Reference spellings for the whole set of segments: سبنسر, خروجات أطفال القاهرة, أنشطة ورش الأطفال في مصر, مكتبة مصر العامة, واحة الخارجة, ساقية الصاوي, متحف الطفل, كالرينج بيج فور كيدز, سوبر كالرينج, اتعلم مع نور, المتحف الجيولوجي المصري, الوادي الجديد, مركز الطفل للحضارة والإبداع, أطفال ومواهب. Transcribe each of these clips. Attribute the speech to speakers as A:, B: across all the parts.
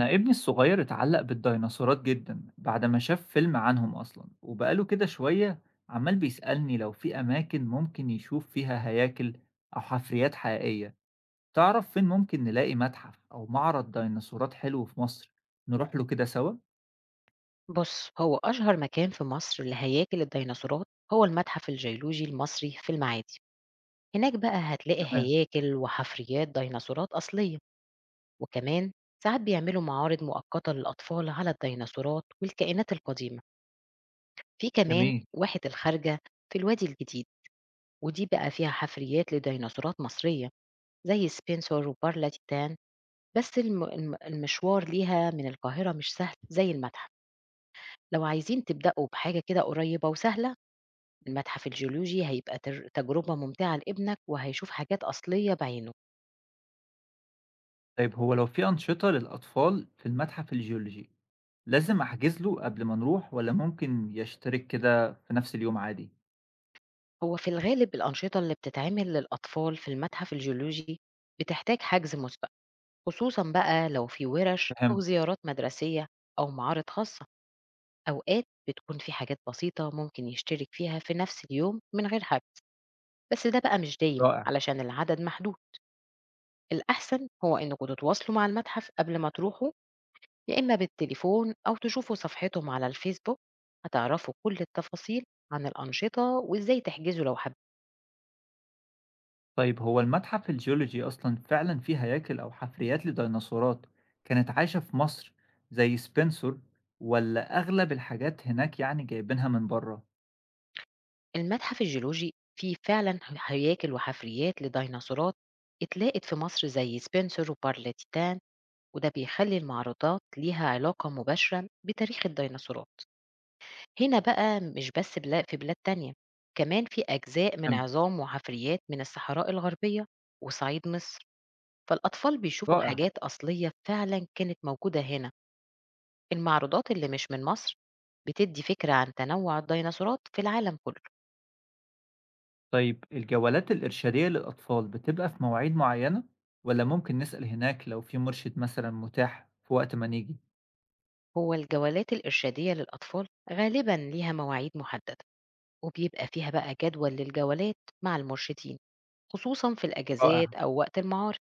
A: أنا ابني الصغير اتعلق بالديناصورات جدا بعد ما شاف فيلم عنهم أصلا وبقاله كده شوية. عمال بيسألني لو في أماكن ممكن يشوف فيها هياكل أو حفريات حقيقية. تعرف فين ممكن نلاقي متحف أو معرض ديناصورات حلو في مصر نروح له كده سوا؟
B: بص، هو أشهر مكان في مصر لهياكل الديناصورات هو المتحف الجيولوجي المصري في المعادي. هناك بقى هتلاقي
A: تمام.
B: هياكل وحفريات ديناصورات أصلية، وكمان ساعات بيعملوا معارض مؤقتة للأطفال على الديناصورات والكائنات القديمة. في كمان
A: جميل.
B: واحة الخارجة في الوادي الجديد، ودي بقى فيها حفريات لديناصورات مصرية زي سبنسر وبارلا تيتان. بس المشوار ليها من القاهرة مش سهل زي المتحف. لو عايزين تبدأوا بحاجة كده قريبة وسهلة، المتحف الجيولوجي هيبقى تجربة ممتعة لابنك، وهيشوف حاجات أصلية بعينه.
A: طيب هو لو في أنشطة للأطفال في المتحف الجيولوجي لازم أحجز له قبل ما نروح ولا ممكن يشترك كده في نفس اليوم عادي؟
B: هو في الغالب الأنشطة اللي بتتعمل للأطفال في المتحف الجيولوجي بتحتاج حجز مسبق، خصوصا بقى لو في ورش أو
A: فهمت.
B: زيارات مدرسية أو معارض خاصة. أوقات بتكون في حاجات بسيطة ممكن يشترك فيها في نفس اليوم من غير حجز، بس ده بقى مش دايم
A: رائع.
B: علشان العدد محدود. الأحسن هو إنكم تتواصلوا مع المتحف قبل ما تروحوا، يا إما بالتليفون أو تشوفوا صفحتهم على الفيسبوك. هتعرفوا كل التفاصيل عن الأنشطة وإزاي تحجزوا لو حابين.
A: طيب هو المتحف الجيولوجي أصلا فعلا فيه هياكل أو حفريات لديناصورات كانت عايشة في مصر زي سبنسر، ولا أغلب الحاجات هناك يعني جايبينها من بره؟
B: المتحف الجيولوجي فيه فعلا هياكل وحفريات لديناصورات اتلاقت في مصر زي سبنسر وبارليتان، وده بيخلي المعروضات ليها علاقة مباشرة بتاريخ الديناصورات هنا، بقى مش بس في بلاد تانية. كمان في أجزاء من
A: فهمت.
B: عظام وحفريات من الصحراء الغربية وصعيد مصر، فالأطفال بيشوفوا
A: رائع.
B: حاجات أصلية فعلا كانت موجودة هنا. المعروضات اللي مش من مصر بتدي فكرة عن تنوع الديناصورات في العالم كله.
A: طيب الجولات الإرشادية للأطفال بتبقى في مواعيد معينة ولا ممكن نسأل هناك لو في مرشد مثلا متاح في وقت ما نيجي؟
B: هو الجولات الإرشادية للأطفال غالبا ليها مواعيد محددة، وبيبقى فيها بقى جدول للجولات مع المرشدين، خصوصا في
A: رائع.
B: الأجازات أو وقت المعارض.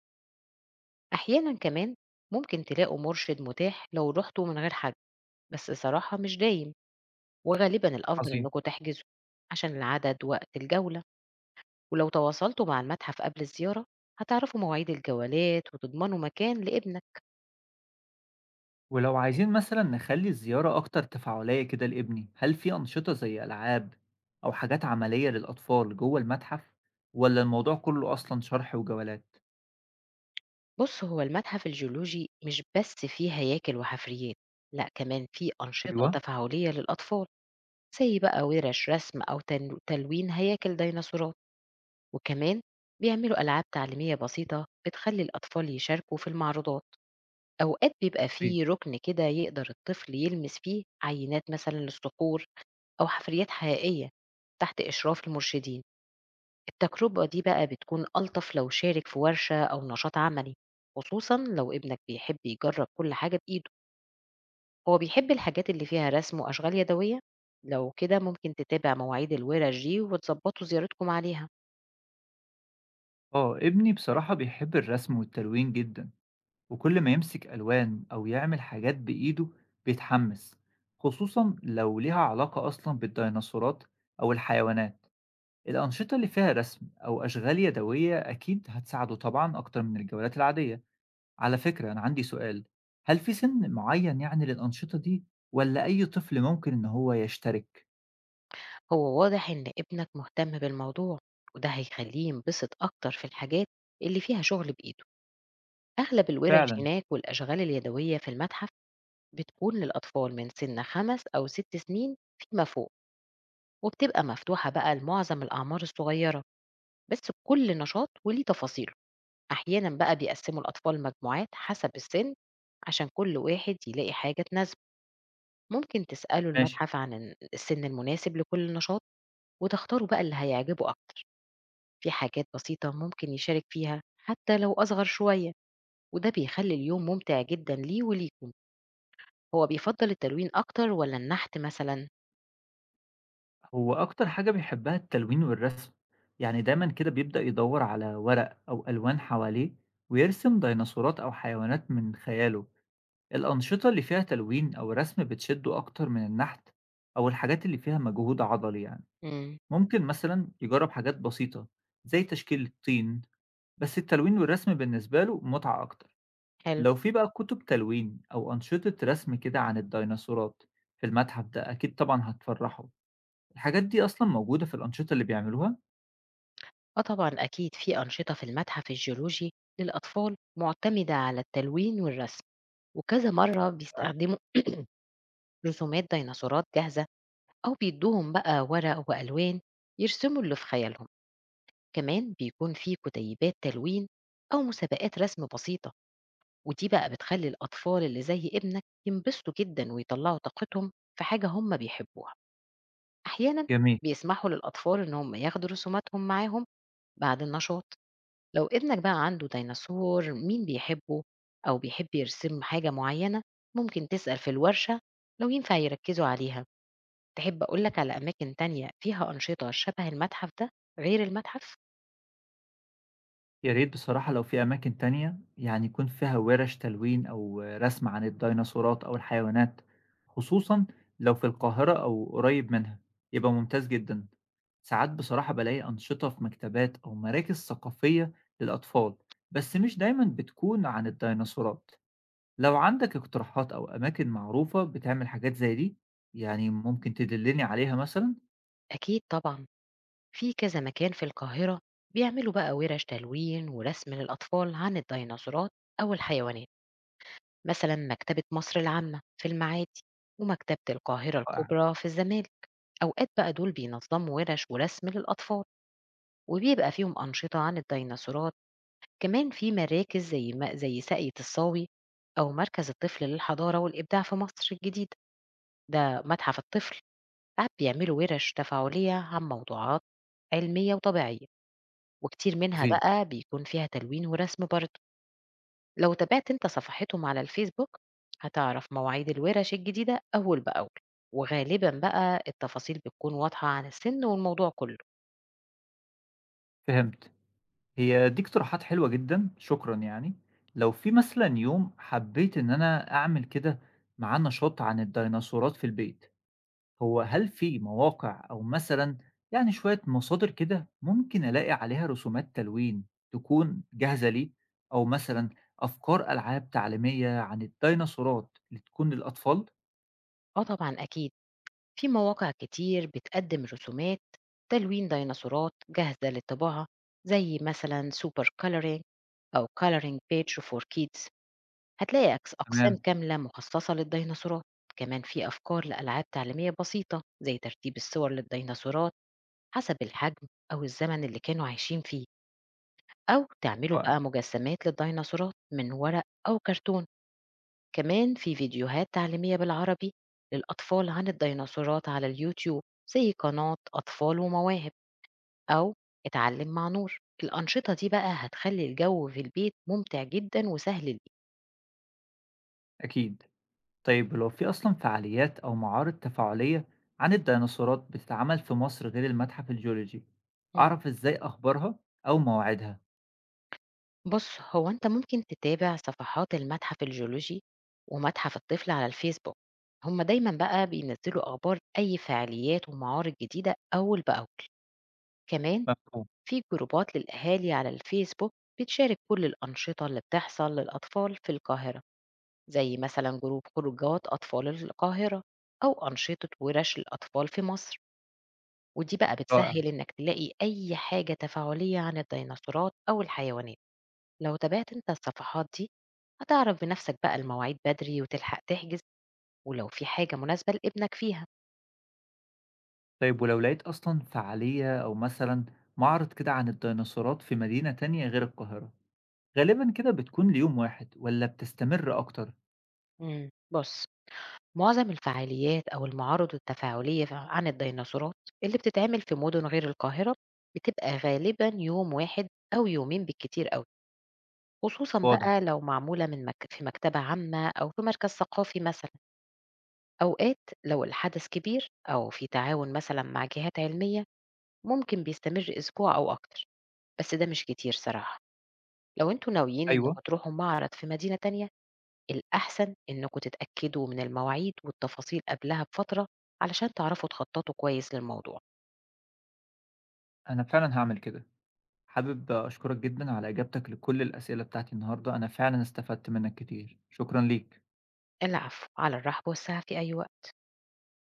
B: أحيانا كمان ممكن تلاقوا مرشد متاح لو رحتوا من غير حد، بس صراحة مش دايم، وغالبا الأفضل
A: عظيم.
B: إنكم تحجزوا عشان العدد وقت الجولة. ولو تواصلتوا مع المتحف قبل الزيارة، هتعرفوا مواعيد الجولات وتضمنوا مكان لابنك.
A: ولو عايزين مثلا نخلي الزيارة أكتر تفاعلية كده لابني هل في أنشطة زي ألعاب أو حاجات عملية للأطفال جوه المتحف، ولا الموضوع كله أصلا شرح وجولات؟
B: بص، هو المتحف الجيولوجي مش بس فيه هياكل وحفريات، لا، كمان فيه أنشطة
A: أيوه.
B: تفاعلية للأطفال زي بقى ورش رسم أو تلوين هياكل ديناصورات. وكمان بيعملوا ألعاب تعليمية بسيطة بتخلي الأطفال يشاركوا في المعروضات. أوقات بيبقى
A: عظيم.
B: فيه ركن كده يقدر الطفل يلمس فيه عينات، مثلا للصقور أو حفريات حقيقية تحت إشراف المرشدين. التجربة دي بقى بتكون ألطف لو شارك في ورشة أو نشاط عملي، خصوصا لو ابنك بيحب يجرب كل حاجة بإيده. هو بيحب الحاجات اللي فيها رسم وأشغال يدوية، لو كده ممكن تتابع مواعيد الورش دي وتظبطوا زيارتكم عليها.
A: آه ابني بصراحة بيحب الرسم والتلوين جدا، وكل ما يمسك ألوان أو يعمل حاجات بإيده بيتحمس، خصوصا لو ليها علاقة أصلا بالديناصورات أو الحيوانات. الأنشطة اللي فيها رسم أو أشغال يدوية أكيد هتساعده طبعا أكتر من الجولات العادية. على فكرة أنا عندي سؤال، هل في سن معين يعني للأنشطة دي والّا أي طفل ممكن إن هو يشترك؟
B: هو واضح إن ابنك مهتم بالموضوع، وده هيخليه ينبسط أكتر في الحاجات اللي فيها شغل بإيده. أغلب الورش
A: فعلًا،
B: هناك والأشغال اليدوية في المتحف بتكون للأطفال من سن 5 أو 6 سنين فيما فوق، وبتبقى مفتوحة بقى لمعظم الأعمار الصغيرة، بس كل نشاط وليه تفاصيله. أحيانا بقى بيقسموا الأطفال مجموعات حسب السن، عشان كل واحد يلاقي حاجة تناسبه. ممكن تسألوا
A: ماشي.
B: المتحف عن السن المناسب لكل نشاط، وتختاروا بقى اللي هيعجبه أكتر. في حاجات بسيطة ممكن يشارك فيها حتى لو أصغر شوية، وده بيخلي اليوم ممتع جدا ليه وليكم. هو بيفضل التلوين أكتر ولا النحت مثلا؟
A: هو أكتر حاجة بيحبها التلوين والرسم، يعني دايمًا كده بيبدأ يدوّر على ورق أو ألوان حواليه ويرسم ديناصورات أو حيوانات من خياله. الأنشطة اللي فيها تلوين أو رسم بتشده أكتر من النحت أو الحاجات اللي فيها مجهود عضلي يعني.
B: امم.
A: ممكن مثلًا يجرب حاجات بسيطة زي تشكيل الطين، بس التلوين والرسم بالنسبة له متعة أكتر.
B: حلو.
A: لو في بقى كتب تلوين أو أنشطة رسم كده عن الديناصورات في المتحف ده أكيد طبعا هتفرحوا. الحاجات دي أصلا موجودة في الأنشطة اللي بيعملوها؟
B: اه، طبعا أكيد في أنشطة في المتحف الجيولوجي للأطفال معتمدة على التلوين والرسم. وكذا مرة بيستخدموا رسومات ديناصورات جاهزة، أو بيدوهم بقى ورق وألوان يرسموا اللي في خيالهم. كمان بيكون في كتيبات تلوين أو مسابقات رسم بسيطة، ودي بقى بتخلي الأطفال اللي زي ابنك ينبسطوا جدا ويطلعوا طاقتهم في حاجة هم بيحبوها. أحيانا
A: جميل.
B: بيسمحوا للأطفال إن هم ياخدوا رسوماتهم معاهم بعد النشاط. لو ابنك بقى عنده ديناصور مين بيحبه أو بيحب يرسم حاجة معينة، ممكن تسأل في الورشة لو ينفع يركزوا عليها. تحب أقولك على أماكن تانية فيها أنشطة شبه المتحف ده، غير المتحف؟
A: يا ريت بصراحة لو في أماكن تانية يعني يكون فيها ورش تلوين أو رسم عن الديناصورات أو الحيوانات، خصوصا لو في القاهرة أو قريب منها يبقى ممتاز جدا. ساعات بصراحة بلاقي أنشطة في مكتبات أو مراكز ثقافية للأطفال، بس مش دايما بتكون عن الديناصورات. لو عندك اقتراحات أو أماكن معروفة بتعمل حاجات زي دي، يعني ممكن تدلني عليها مثلًا؟
B: أكيد طبعا، في كذا مكان في القاهرة بيعملوا بقى ورش تلوين ورسم للأطفال عن الديناصورات أو الحيوانات. مثلا مكتبة مصر العامة في المعادي، ومكتبة القاهرة
A: رائع،
B: الكبرى في الزمالك. أوقات بقى دول بينظموا ورش ورسم للأطفال، وبيبقى فيهم أنشطة عن الديناصورات. كمان في مراكز زي ما زي ساقية الصاوي، أو مركز الطفل للحضارة والإبداع في مصر الجديدة، ده متحف الطفل. ساعات بيعملوا ورش تفاعلية عن موضوعات علمية وطبيعية، وكتير منها
A: عظيم،
B: بقى بيكون فيها تلوين ورسم برضه. لو تابعت انت صفحتهم على الفيسبوك، هتعرف مواعيد الورش الجديدة أول بأول، وغالبا بقى التفاصيل بتكون واضحة عن السن والموضوع كله.
A: فهمت. هي دي اقتراحات حلوة جدًا، شكرًا يعني. لو في مثلًا يوم حبيت إن أنا أعمل كده معاه نشاط عن الديناصورات في البيت، هو هل في مواقع أو مثلًا يعني شوية مصادر كده ممكن ألاقي عليها رسومات تلوين تكون جاهزة ليه، أو مثلًا أفكار ألعاب تعليمية عن الديناصورات اللي تكون للأطفال؟
B: اه، طبعا أكيد، في مواقع كتير بتقدم رسومات تلوين ديناصورات جاهزة للطباعة، زي مثلا سوبر كالرينج أو كالرينج بيج فور كيدز. هتلاقي أقسام
A: تمام.
B: كاملة مخصصة للديناصورات. كمان في أفكار لألعاب تعليمية بسيطة زي ترتيب الصور للديناصورات حسب الحجم، أو الزمن اللي كانوا عايشين فيه، أو تعملوا
A: رائع،
B: بقى مجسمات للديناصورات من ورق أو كرتون. كمان في فيديوهات تعليمية بالعربي للأطفال عن الديناصورات على اليوتيوب، زي قناة أطفال ومواهب، أو اتعلم مع نور. الأنشطة دي بقى هتخلي الجو في البيت ممتع جدا وسهل ليك.
A: أكيد. طيب لو في أصلًا فعاليات أو معارض تفاعلية عن الديناصورات بتتعمل في مصر غير المتحف الجيولوجي،
B: مم.
A: أعرف إزاي أخبارها أو مواعيدها؟
B: بص، هو أنت ممكن تتابع صفحات المتحف الجيولوجي ومتحف الطفل على الفيسبوك. هما دايما بقى بينزلوا أخبار أي فعاليات ومعارض جديدة أول بأول. كمان
A: مفهوم.
B: في جروبات للأهالي على الفيسبوك بتشارك كل الأنشطة اللي بتحصل للأطفال في القاهرة، زي مثلا جروب خروجات أطفال القاهرة، أو أنشطة ورش الأطفال في مصر. ودي بقى
A: رائع.
B: بتسهل إنك تلاقي أي حاجة تفاعلية عن الديناصورات أو الحيوانات. لو تابعت أنت الصفحات دي، هتعرف بنفسك بقى المواعيد بدري وتلحق تحجز، ولو في حاجة مناسبة لابنك فيها.
A: طيب ولو لقيت أصلًا فعالية أو مثلًا معرض كده عن الديناصورات في مدينة تانية غير القاهرة، غالبًا كده بتكون ليوم واحد والّا بتستمر أكتر؟
B: بص، معظم الفعاليات أو المعارض التفاعلية عن الديناصورات اللي بتتعمل في مدن غير القاهرة بتبقى غالبا يوم واحد أو يومين بالكتير قوي، خصوصا
A: واضح.
B: بقى لو معمولة في مكتبة عامة أو في مركز ثقافي مثلا. أوقات لو الحدث كبير أو في تعاون مثلا مع جهات علمية، ممكن بيستمر أسبوع أو أكتر، بس ده مش كتير صراحة. لو انتوا ناويين
A: أيوه.
B: انكم تروحوا معرض في مدينة تانية، الأحسن إنكم تتأكدوا من المواعيد والتفاصيل قبلها بفترة علشان تعرفوا تخططوا كويس للموضوع.
A: أنا فعلًا هاعمل كده. حابب أشكرك جدًا على إجابتك لكل الأسئلة بتاعتي النهارده، أنا فعلًا استفدت منك كتير. شكرًا ليك.
B: العفو، على الرحب والسعة في أي وقت.